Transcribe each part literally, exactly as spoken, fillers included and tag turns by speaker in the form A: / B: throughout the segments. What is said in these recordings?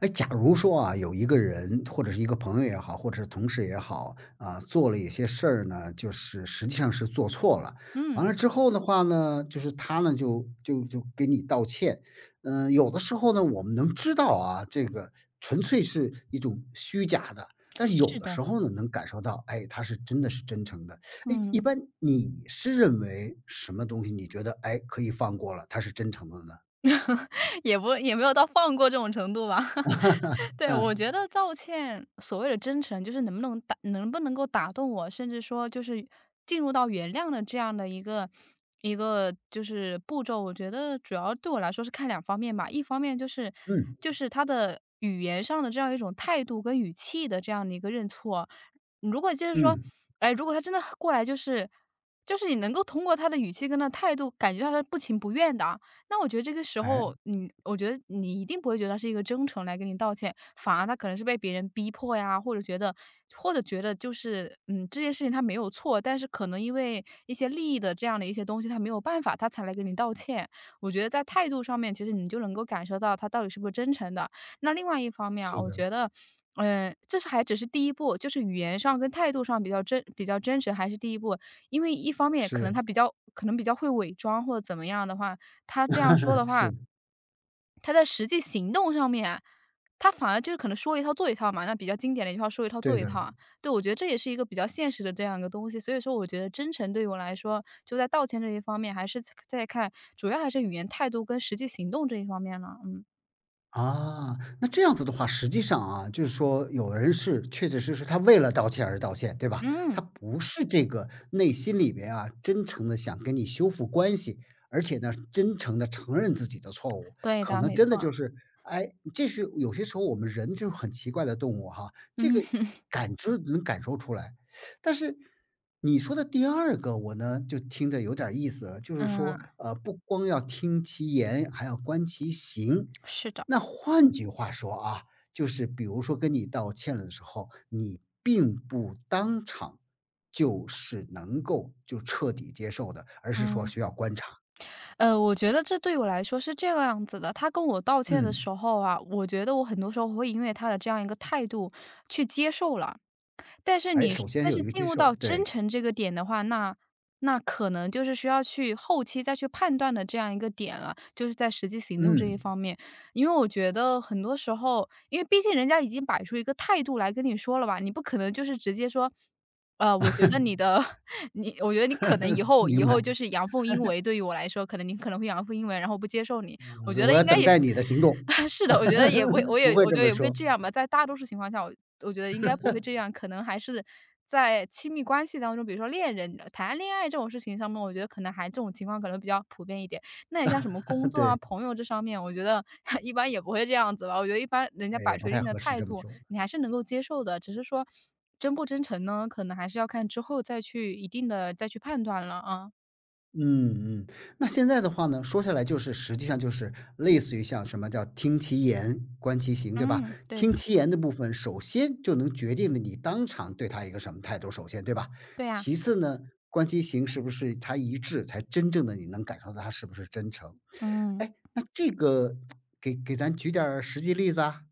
A: 哎，假如说啊，有一个人或者是一个朋友也好，或者是同事也好，啊，做了一些事儿呢，就是实际上是做错了。完
B: 嗯，
A: 了之后的话呢，就是他呢就就就给你道歉。嗯、有的时候呢，我们能知道啊，这个纯粹是一种虚假的，但是有
B: 是
A: 的
B: 的，
A: 时候呢，能感受到，哎，他是真的是真诚的。哎，
B: 嗯。
A: 一般你是认为什么东西？你觉得哎可以放过了，他是真诚的呢？
B: 也不也没有到放过这种程度吧。对，我觉
A: 嗯
B: 得道歉所谓的真诚，就是能不能打，能不能够打动我，甚至说就是进入到原谅的这样的一个一个就是步骤。我觉得主要对我来说是看两方面吧，一方面就是
A: 嗯
B: 就是他的语言上的这样一种态度跟语气的这样的一个认错。如果就是说，
A: 嗯，
B: 哎，如果他真的过来，就是就是你能够通过他的语气跟他的态度，感觉到他是不情不愿的，那我觉得这个时
A: 哎，
B: 候，你我觉得你一定不会觉得他是一个真诚来跟你道歉，反而他可能是被别人逼迫呀，或者觉得或者觉得就是，嗯，这件事情他没有错，但是可能因为一些利益的这样的一些东西，他没有办法，他才来跟你道歉。我觉得在态度上面，其实你就能够感受到他到底是不是真诚的。那另外一方面啊，
A: 是
B: 我
A: 的。
B: 觉得。嗯，这是还只是第一步，就是语言上跟态度上比较真比较真实，还是第一步。因为一方面可能
A: 是，
B: 他比较可能比较会伪装或者怎么样的话，他这样说的 话，
A: 是，
B: 他在实际行动上面啊他反而就是可能说一套做一套嘛，那比较经典的一句话说一套做
A: 对
B: 一
A: 的。
B: 套啊。对，我觉得这也是一个比较现实的这样一个东西，所以说我觉得真诚对于我来说，就在道歉这一方面，还是在在看主要还是语言态度跟实际行动这一方面了，嗯。
A: 啊，那这样子的话，实际上啊，就是说有人是确确实实他为了道歉而道歉，对吧？他
B: 嗯，
A: 不是这个内心里边啊，真诚的想跟你修复关系，而且呢，真诚的承认自己的错误，
B: 对
A: 可
B: 的，
A: 能
B: 没
A: 真的
B: 错，
A: 就是，哎，这是有些时候我们人就是很奇怪的动物哈，这
B: 嗯，
A: 个感知能感受出来。但是你说的第二个，我呢就听着有点儿意思了，就是
B: 嗯，
A: 说，呃，不光要听其言，还要观其行。
B: 是的，
A: 那换句话说啊，就是比如说跟你道歉了的时候，你并不当场就是能够就彻底接受的，而是说
B: 嗯。
A: 需要观察。
B: 呃，我觉得这对我来说是这个样子的，他跟我道歉的时
A: 嗯，
B: 候啊，我觉得我很多时候会因为他的这样一个态度去接受了。但是
A: 哎，
B: 你
A: 首先
B: 但
A: 有
B: 是
A: 一个
B: 进
A: 接
B: 入
A: 受，
B: 到真
A: 对，
B: 诚这个点的话，那那可能就是需要去后期再去判断的这样一个点了，就是在实际行动这一
A: 嗯，
B: 方面。因为我觉得很多时候，因为毕竟人家已经摆出一个态度来跟你说了吧，你不可能就是直接说，呃，我觉得你的 你，我觉得你可能以 后以
A: 明白，
B: 后就是阳奉阴违，对于我来说，可能你可能会阳奉阴违，然后不接受你。我觉
A: 我
B: 得
A: 要
B: 应该
A: 等
B: 也
A: 待你的行动，
B: 是的，我觉得也不会我
A: 不
B: 也
A: 会
B: 我觉
A: 这
B: 得
A: 么
B: 也不会
A: 说，
B: 这样吧，在大多数情况下，我我觉得应该不会这样，可能还是在亲密关系当中，比如说恋人谈恋爱这种事情上面，我觉得可能还这种情况可能比较普遍一点。那你像什么工 作啊、
A: 对，
B: 朋友这上面，我觉得 一般也不会这样子吧，我觉得一般人家
A: 哎，
B: 摆
A: 也
B: 出
A: 不
B: 一
A: 太
B: 定的
A: 合适
B: 态
A: 这么
B: 度，
A: 说。
B: 你还是能够接受的，只是说真不真诚呢，可能还是要看之后再去一定的再去判断了啊。
A: 嗯嗯，那现在的话呢，说下来就是实际上就是类似于像什么叫听其言观其行，对吧？
B: 嗯，对的，
A: 听其言的部分，首先就能决定了你当场对他一个什么态度，首先，对吧？
B: 对呀，
A: 其次呢，观其行是不是他一致，才真正的你能感受到他是不是真诚。
B: 嗯。
A: 哎，那这个给给咱举点儿实际例子啊？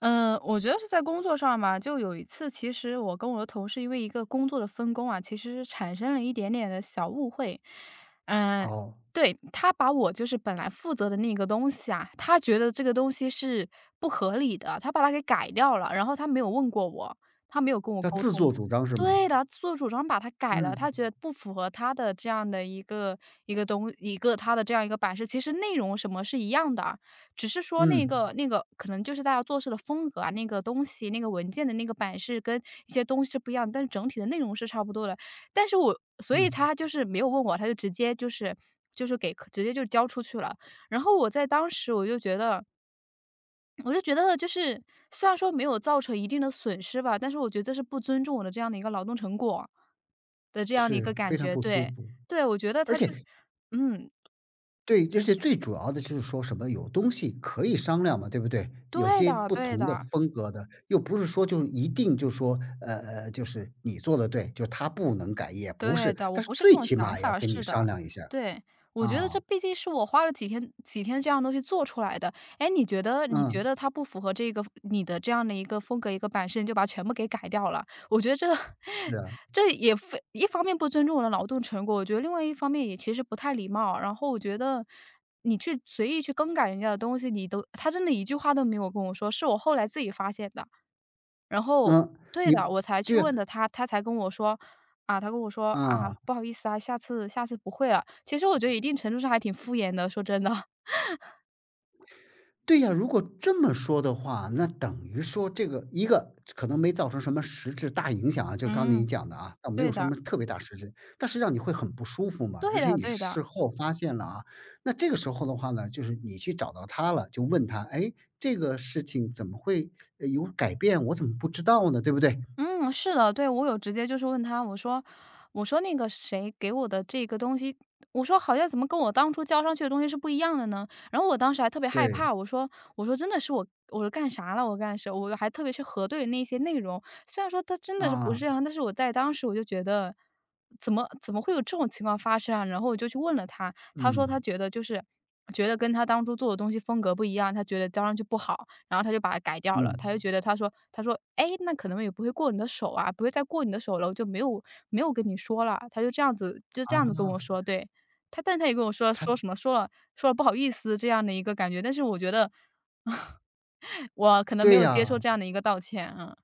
B: 嗯，我觉得是在工作上嘛，就有一次，其实我跟我的同事因为一个工作的分工啊，其实产生了一点点的小误会。嗯，
A: 哦，
B: 对，他把我就是本来负责的那个东西啊，他觉得这个东西是不合理的，他把它给改掉了，然后他没有问过我，他没有跟我
A: 叫
B: 沟
A: 自
B: 通。
A: 作主张是吗？
B: 对的，做主张把它改了，他觉
A: 嗯
B: 得不符合他的这样的一个一个东一个他的这样一个版式，其实内容什么是一样的，只是说那
A: 嗯
B: 个那个可能就是大家做事的风格啊，那个东西、那个文件的那个版式跟一些东西是不一样，但是整体的内容是差不多的。但是我所以
A: 嗯，
B: 他就是没有问我，他就直接就是就是给客直接就交出去了。然后我在当时我就觉得我就觉得就是虽然说没有造成一定的损失吧，但是我觉得这是不尊重我的这样的一个劳动成果的这样的一
A: 是
B: 个感
A: 非常
B: 觉。
A: 不舒
B: 对，
A: 服，
B: 对，我觉得
A: 而
B: 他
A: 且
B: 就嗯，
A: 对，而且最主要的就是说什么有东西可以商量嘛，对不对？有
B: 对
A: 些
B: 的
A: 不
B: 对
A: 同的
B: 的。
A: 风格的，又不是说就一定就说，呃呃，就是你做的对，就是他不能改，也不
B: 对
A: 是，
B: 的，我
A: 但是
B: 不是这
A: 最
B: 种
A: 起
B: 想
A: 码也要
B: 法，
A: 跟你
B: 是的。
A: 商量一下儿
B: 对，我觉得这
A: 啊，
B: 毕竟是我花了几天几天这样东西做出来的。哎，你觉得你
A: 嗯，
B: 觉得它不符合这个你的这样的一个风格、一个版式，你就把它全部给改掉了。我觉得这
A: 是 啊，
B: 这也非一方面不尊重我的劳动成果，我觉得另外一方面也其实不太礼貌。然后我觉得你去随意去更改人家的东西，你都他真的一句话都没有跟我说，是我后来自己发现的。然后
A: 嗯，
B: 对
A: 你
B: 的，我才去
A: 对啊，
B: 问的他，他才跟我说啊，他跟我说："啊，
A: 嗯
B: 不好意思啊，下次下次不会了。"其实我觉得一定程度上还挺敷衍的，说真的。
A: 对呀，如果这么说的话，那等于说这个一个可能没造成什么实质大影响啊，就刚你
B: 嗯。
A: 讲的啊，倒没有
B: 对
A: 什
B: 的，
A: 么特别大实质，但是让你会很不舒服嘛，而
B: 对
A: 且
B: 的
A: 你
B: 对的。
A: 事后发现了啊，那这个时候的话呢，就是你去找到他了，就问他，哎，这个事情怎么会呃有改变？我怎么不知道呢？对不对？
B: 嗯，是的，对，我有直接就是问他，我说我说那个谁给我的这个东西，我说好像怎么跟我当初交上去的东西是不一样的呢？然后我当时还特别害
A: 对，
B: 怕，我说我说真的是我我说干啥了？我干什我还特别去核对那些内容，虽然说他真的是不是
A: 啊，
B: 这样，但是我在当时我就觉得怎么怎么会有这种情况发生啊？然后我就去问了他，他说他
A: 嗯
B: 觉得就是。觉得跟他当初做的东西风格不一样，他觉得交上去不好，然后他就把它改掉了，他就
A: 嗯，
B: 觉得他说他说：“哎，那可能也不会过你的手啊，不会再过你的手了，我就没有没有跟你说了。"他就这样子就这
A: 啊，
B: 样子跟我说，对。他但他也跟我说
A: 他
B: 说什么说了说了不好意思这样的一个感觉，但是我觉得 我可能没
A: 对
B: 有接
A: 呀、
B: 受这样的一个道歉啊。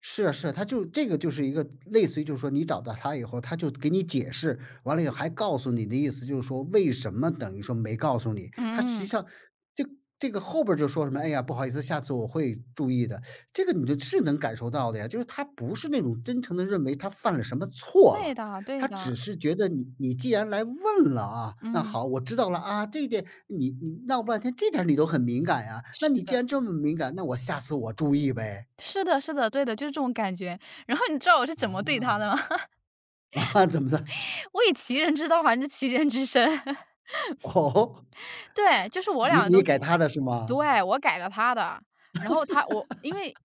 A: 是啊是啊，他就这个就是一个类似于就是说你找到他以后，他就给你解释，完了以后还告诉你的意思就是说为什么等于说没告诉你，他实际
B: 嗯，
A: 上这这个后边儿就说什么，哎呀，不好意思，下次我会注意的。这个你就是能感受到的呀，就是他不是那种真诚的认为他犯了什么错
B: 对
A: 了，
B: 的对
A: 他
B: 的，
A: 只是觉得你你既然来问了啊，那
B: 嗯，
A: 好，我知道了啊，这一点你你闹半天这点儿你都很敏感呀，
B: 是
A: 那你既
B: 的，
A: 然这么敏感，那我下次我注意呗，
B: 是的是的，对的，就是这种感觉。然后你知道我是怎么对
A: 啊。
B: 他的吗？
A: 啊，怎么的？
B: 我以其人之道还治其人之身。
A: 哦，
B: 对，就是我俩
A: 你
B: 的
A: 你
B: 东
A: 改
B: 西
A: 他的是吗？
B: 对，我改了他的，然后他我因为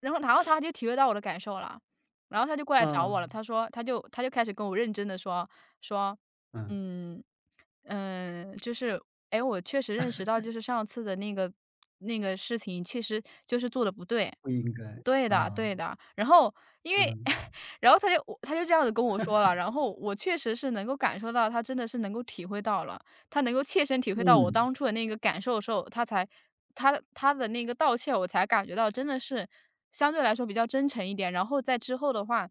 B: 然后然后他就体会到我的感受了，然后他就过来找
A: 啊，
B: 我了，他说他就他就开始跟我认真的说说，
A: 嗯，
B: 嗯，嗯，呃就是哎，诶，我确实认识到就是上次的那个那个事情，其实就是做的不对，
A: 不应该，
B: 对的
A: 啊，
B: 对的。然后因为
A: 嗯，
B: 然后他就我他就这样子跟我说了，然后我确实是能够感受到他真的是能够体会到了。他能够切身体会到我
A: 嗯，
B: 当初的那个感受的时候，他才他他的那个道歉，我才感觉到真的是相对来说比较真诚一点。然后在之后的话，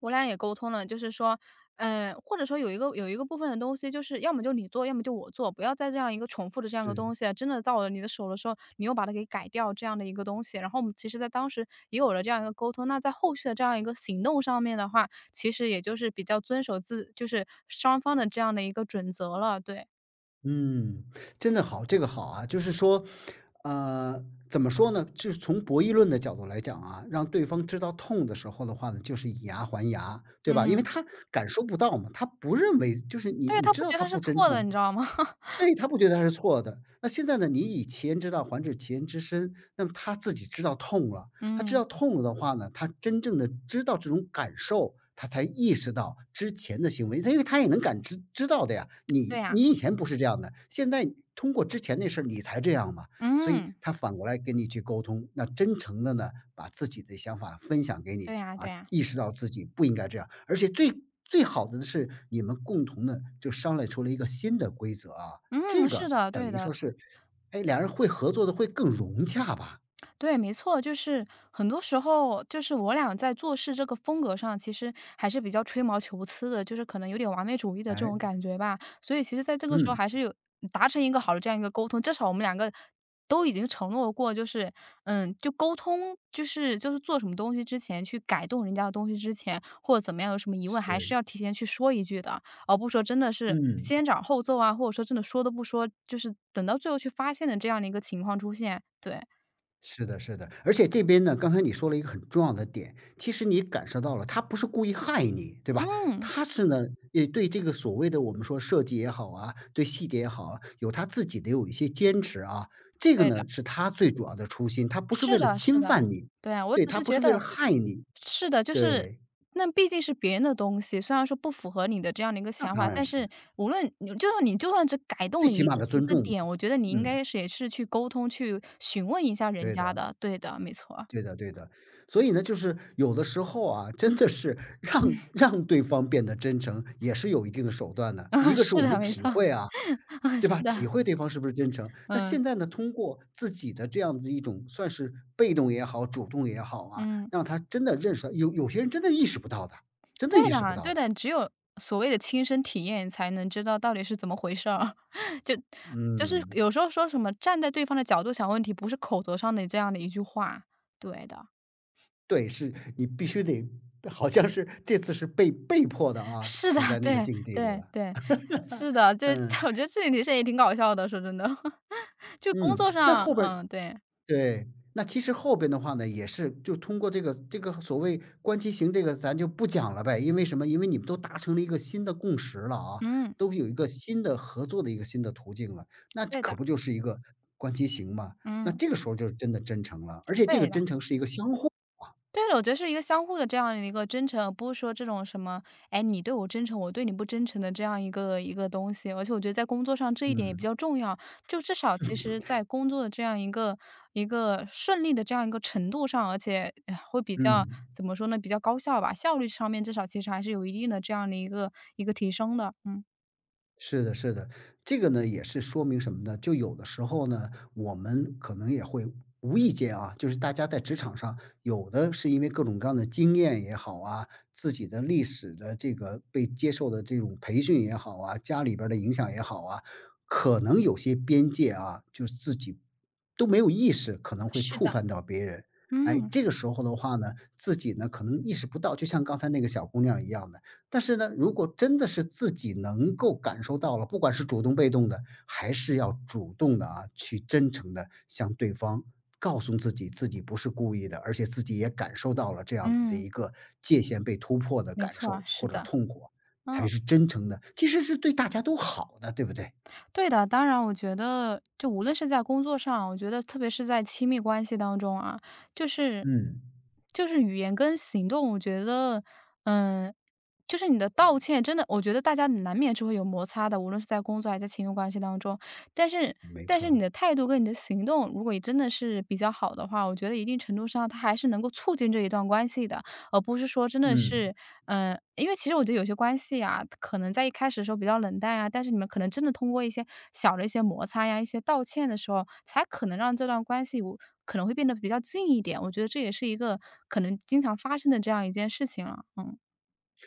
B: 我俩也沟通了，就是说，嗯、或者说有一个有一个部分的东西，就是要么就你做，要么就我做，不要再这样一个重复的这样一个东
A: 是，
B: 西啊，真的到了你的手的时候，你又把它给改掉这样的一个东西。然后我们其实在当时也有了这样一个沟通，那在后续的这样一个行动上面的话，其实也就是比较遵守自就是双方的这样的一个准则了，对。
A: 嗯，真的好，这个好啊。就是说，呃，怎么说呢？就是从博弈论的角度来讲啊，让对方知道痛的时候的话呢，就是以牙还牙，对吧？因为
B: 嗯，
A: 他感受不到嘛，他不认为就是你
B: 对，
A: 你
B: 他
A: 知
B: 不
A: 道
B: 觉得
A: 他
B: 他是
A: 不真
B: 错的，
A: 诚
B: 你知道吗？
A: 对，他不觉得他是错的。那现在呢，你以其人之道还治其人之身，那么他自己知道痛了，他知
B: 嗯，
A: 道痛了的话呢，他真正的知道这种感受，他才意识到之前的行为，他因为他也能感知知道的呀。
B: 对
A: 你
B: 呀，
A: 你以前不是这样的，现在通过之前那事儿你才这样嘛，所以
B: 嗯，
A: 他反过来跟你去沟通，那真诚的呢，把自己的想法分享给
B: 对
A: 你
B: 呀
A: 啊，
B: 对呀，
A: 意识到自己不应该这样，而且最最好的是你们共同的就商量出了一个新的规则啊。这
B: 嗯，是
A: 个
B: 的，
A: 等
B: 对
A: 于
B: 的。
A: 说是，哎，两人会合作的会更融洽吧。
B: 对，没错，就是很多时候，就是我俩在做事这个风格上，其实还是比较吹毛求疵的，就是可能有点完美主义的这
A: 哎，
B: 种感觉吧。所以其实在这个时候
A: 嗯，
B: 还是有达成一个好的这样一个沟通，至少我们两个都已经承诺过，就是嗯，就沟通，就是就是做什么东西之前去改动人家的东西之前，或者怎么样，有什么疑问还是
A: 是，
B: 要提前去说一句的，而不是说真的是
A: 嗯，
B: 先斩后奏啊，或者说真的说都不说，就是等到最后去发现的这样的一个情况出现。对，
A: 是的是的。而且这边呢，刚才你说了一个很重要的点，其实你感受到了他不是故意害你，对吧？
B: 嗯。
A: 他是呢，也对这个所谓的我们说设计也好啊，对细节也好啊，有他自己的有一些坚持啊。这个
B: 对的，
A: 呢，是他最主要的初心，他不是
B: 是
A: 为了
B: 的是
A: 侵
B: 的，
A: 犯你，
B: 对啊，我
A: 对，
B: 只
A: 他
B: 是
A: 不
B: 觉
A: 是
B: 得
A: 为了害你，
B: 是的，就是
A: 对，
B: 那毕竟是别人的东西，虽然说不符合你的这样的一个
A: 那
B: 想
A: 当
B: 法，
A: 然
B: 但
A: 是，
B: 是无论你就算你就算只改动
A: 最
B: 了
A: 起
B: 一
A: 码
B: 个
A: 的
B: 一
A: 尊
B: 个
A: 重嘛。
B: 点，我觉得你应
A: 嗯，
B: 该是也是去沟通、去询问一下人
A: 对
B: 家
A: 的。
B: 的，对的，没错，
A: 对 的对的。所以呢，就是有的时候啊，真的是 让让对方变得真诚，也是有一定的手段的。
B: 啊，
A: 一个是
B: 是
A: 我
B: 的，
A: 们
B: 没
A: 体
B: 错，
A: 会啊，
B: 啊，
A: 对
B: 是
A: 吧？体
B: 的，
A: 会对方是不是真诚。那
B: 嗯，
A: 现在呢，通过自己的这样子一种算是被动也好，主动也好啊，
B: 嗯。
A: 让他真的认识到有有些人真的意识不到的，真的
B: 对
A: 意识不
B: 的
A: 到
B: 对
A: 的。
B: 的，只有所谓的亲身体验才能知道到底是怎么回事儿。就就是
A: 嗯，
B: 有时候说什么站在对方的角度想问题，不是口头上的这样的一句话。对的，
A: 对，是你必须得好像是这次是被被迫的 啊，
B: 是的，
A: 处在那个
B: 对
A: 境地里
B: 对
A: 了。
B: 对，是的，就
A: 嗯，
B: 我觉得自己提升也挺搞笑的，说真的。就工
A: 嗯，
B: 作
A: 那
B: 上，
A: 后边儿
B: 嗯，对，
A: 对，那其实后边的话呢，也是就通过这个这个所谓观其行这个咱就不讲了呗，因为什么？因为你们都达成了一个新的共识了啊，
B: 嗯，
A: 都有一个新的合作的一个新的途径了，那这
B: 对
A: 可
B: 的，
A: 不就是一个观其行嘛？那
B: 嗯，
A: 这个时候就是真的真诚了，而且这个
B: 对的。
A: 真诚是一个相互
B: 对我觉得是一个相互的这样的一个真诚，而不是说这种什么，哎，你对我真诚，我对你不真诚的这样一个一个东西。而且我觉得在工作上这一点也比
A: 嗯，
B: 较重要，就至少其实在工作的这样一个一个顺利的这样一个程度上，而且哎会比较
A: 嗯。
B: 怎么说呢，比较高效吧，效率上面至少其实还是有一定的这样的一个一个提升的。嗯，
A: 是的，是的，这个呢也是说明什么呢？就有的时候呢，我们可能也会无意间啊，就是大家在职场上，有的是因为各种各样的经验也好啊，自己的历史的这个被接受的这种培训也好啊，家里边儿的影响也好啊，可能有些边界啊，就是自己都没有意识，可能会
B: 是
A: 触
B: 的，
A: 犯到别人。哎，
B: 嗯
A: 这个时候的话呢，自己呢可能意识不到，就像刚才那个小姑娘一样的，但是呢，如果真的是自己能够感受到了，不管是主动被动的，还是要主动的啊，去真诚的向对方告诉自己，自己不是故意的，而且自己也感受到了这样子的
B: 嗯，
A: 一个界限被突破的
B: 没
A: 感
B: 错，
A: 受
B: 是
A: 或者
B: 的，
A: 痛苦啊才
B: 嗯。
A: 是真诚的，其实是对大家都好的，对不对？
B: 对的，当然，我觉得就无论是在工作上，我觉得特别是在亲密关系当中啊，就是
A: 嗯，
B: 就是语言跟行动，我觉得，嗯，就是你的道歉，真的，我觉得大家难免是会有摩擦的，无论是在工作还是在亲密关系当中。但是，
A: 没
B: 但
A: 错
B: 是你
A: 儿
B: 的态度跟你的行动，如果你真的是比较好的话，我觉得一定程度上它还是能够促进这一段关系的。而不是说真的
A: 嗯。
B: 是，嗯，因为其实我觉得有些关系啊，可能在一开始的时候比较冷淡啊，但是你们可能真的通过一些小的一些摩擦呀、一些道歉的时候，才可能让这段关系我可能会变得比较近一点。我觉得这也是一个可能经常发生的这样一件事情了。嗯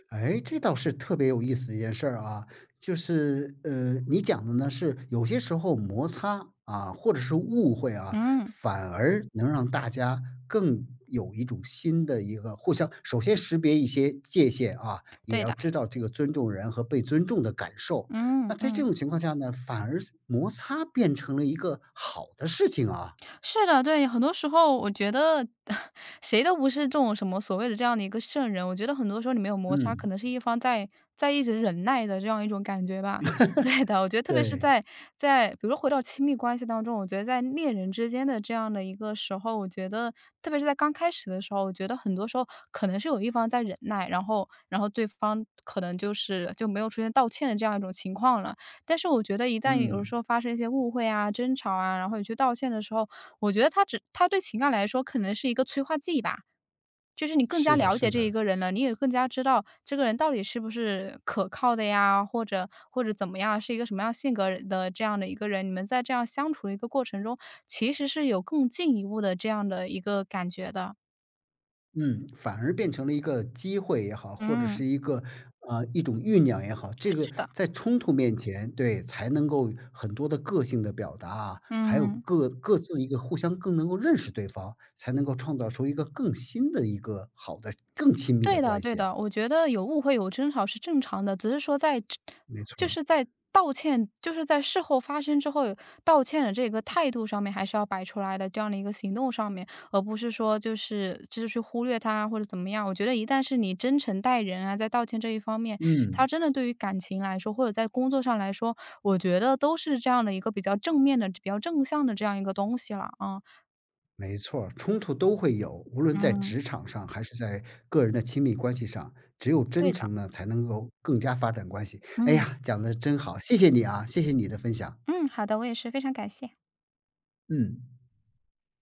A: 哎，这倒是特别有意思的一件事儿啊，就是，呃，你讲的呢是有些时候摩擦啊，或者是误会啊，
B: 嗯，
A: 反而嗯能让大家更有一种新的一个互相首先识别一些界限啊，也
B: 对
A: 要
B: 的，
A: 知道这个尊重人和被尊重的感受。
B: 嗯
A: 那在这
B: 嗯。
A: 种情况下呢，反而是摩擦变成了一个好的事情啊。
B: 是的，对，很多时候我觉得 谁都不是这种什么所谓的这样的一个圣人。我觉得很多时候你没有摩擦，可
A: 嗯，
B: 能是一方在在一直忍耐的这样一种感觉吧。对的，我觉得特别是
A: 对，
B: 在在比如说回到亲密关系当中，我觉得在恋人之间的这样的一个时候，我觉得特别是在刚开始的时候，我觉得很多时候可能是有一方在忍耐，然后然后对方可能就是就没有出现道歉的这样一种情况了。但是我觉得一旦有时
A: 嗯，
B: 候发生一些误会啊、争吵啊，然后你去道歉的时候，我觉得他只他对情感来说可能是一个催化剂吧，就是你更加
A: 是的
B: 了解
A: 是
B: 这一
A: 的。
B: 个人了，你也更加知道这个人到底是不是可靠的呀，或者或者怎么样，是一个什么样性格的这样的一个人，你们在这样相处的一个过程中，其实是有更进一步的这样的一个感觉的。
A: 嗯，反而变成了一个机会也好，或者
B: 嗯，
A: 是一个，呃，一种酝酿也好，这个
B: 是的，
A: 在冲突面前，对，才能够很多的个性的表达，还有
B: 嗯。
A: 各各自一个互相更能够认识对方，才能够创造出一个更新的一个好的、更亲密的
B: 对的
A: 关
B: 对
A: 系啊，
B: 的，我觉得有误会有争吵是正常的，只是说在这
A: 没错
B: 就
A: 儿
B: 是在道歉就是在事后发生之后，道歉的这个态度上面还是要摆出来的，这样的一个行动上面，而不是说就是就是去忽略他或者怎么样。我觉得一旦是你真诚待人啊，在道歉这一方面，他
A: 嗯，
B: 真的对于感情来说，或者在工作上来说，我觉得都是这样的一个比较正面的、比较正向的这样一个东西了啊。
A: 没错儿冲突都会有，无论在
B: 嗯，
A: 职场上还是在个人的亲密关系上，只有真
B: 对的。
A: 诚呢，才能够更加发展关系。哎
B: 嗯。
A: 呀，讲的真好，谢谢你啊，谢谢你的分享。
B: 嗯，好的，我也是非常感谢。
A: 嗯，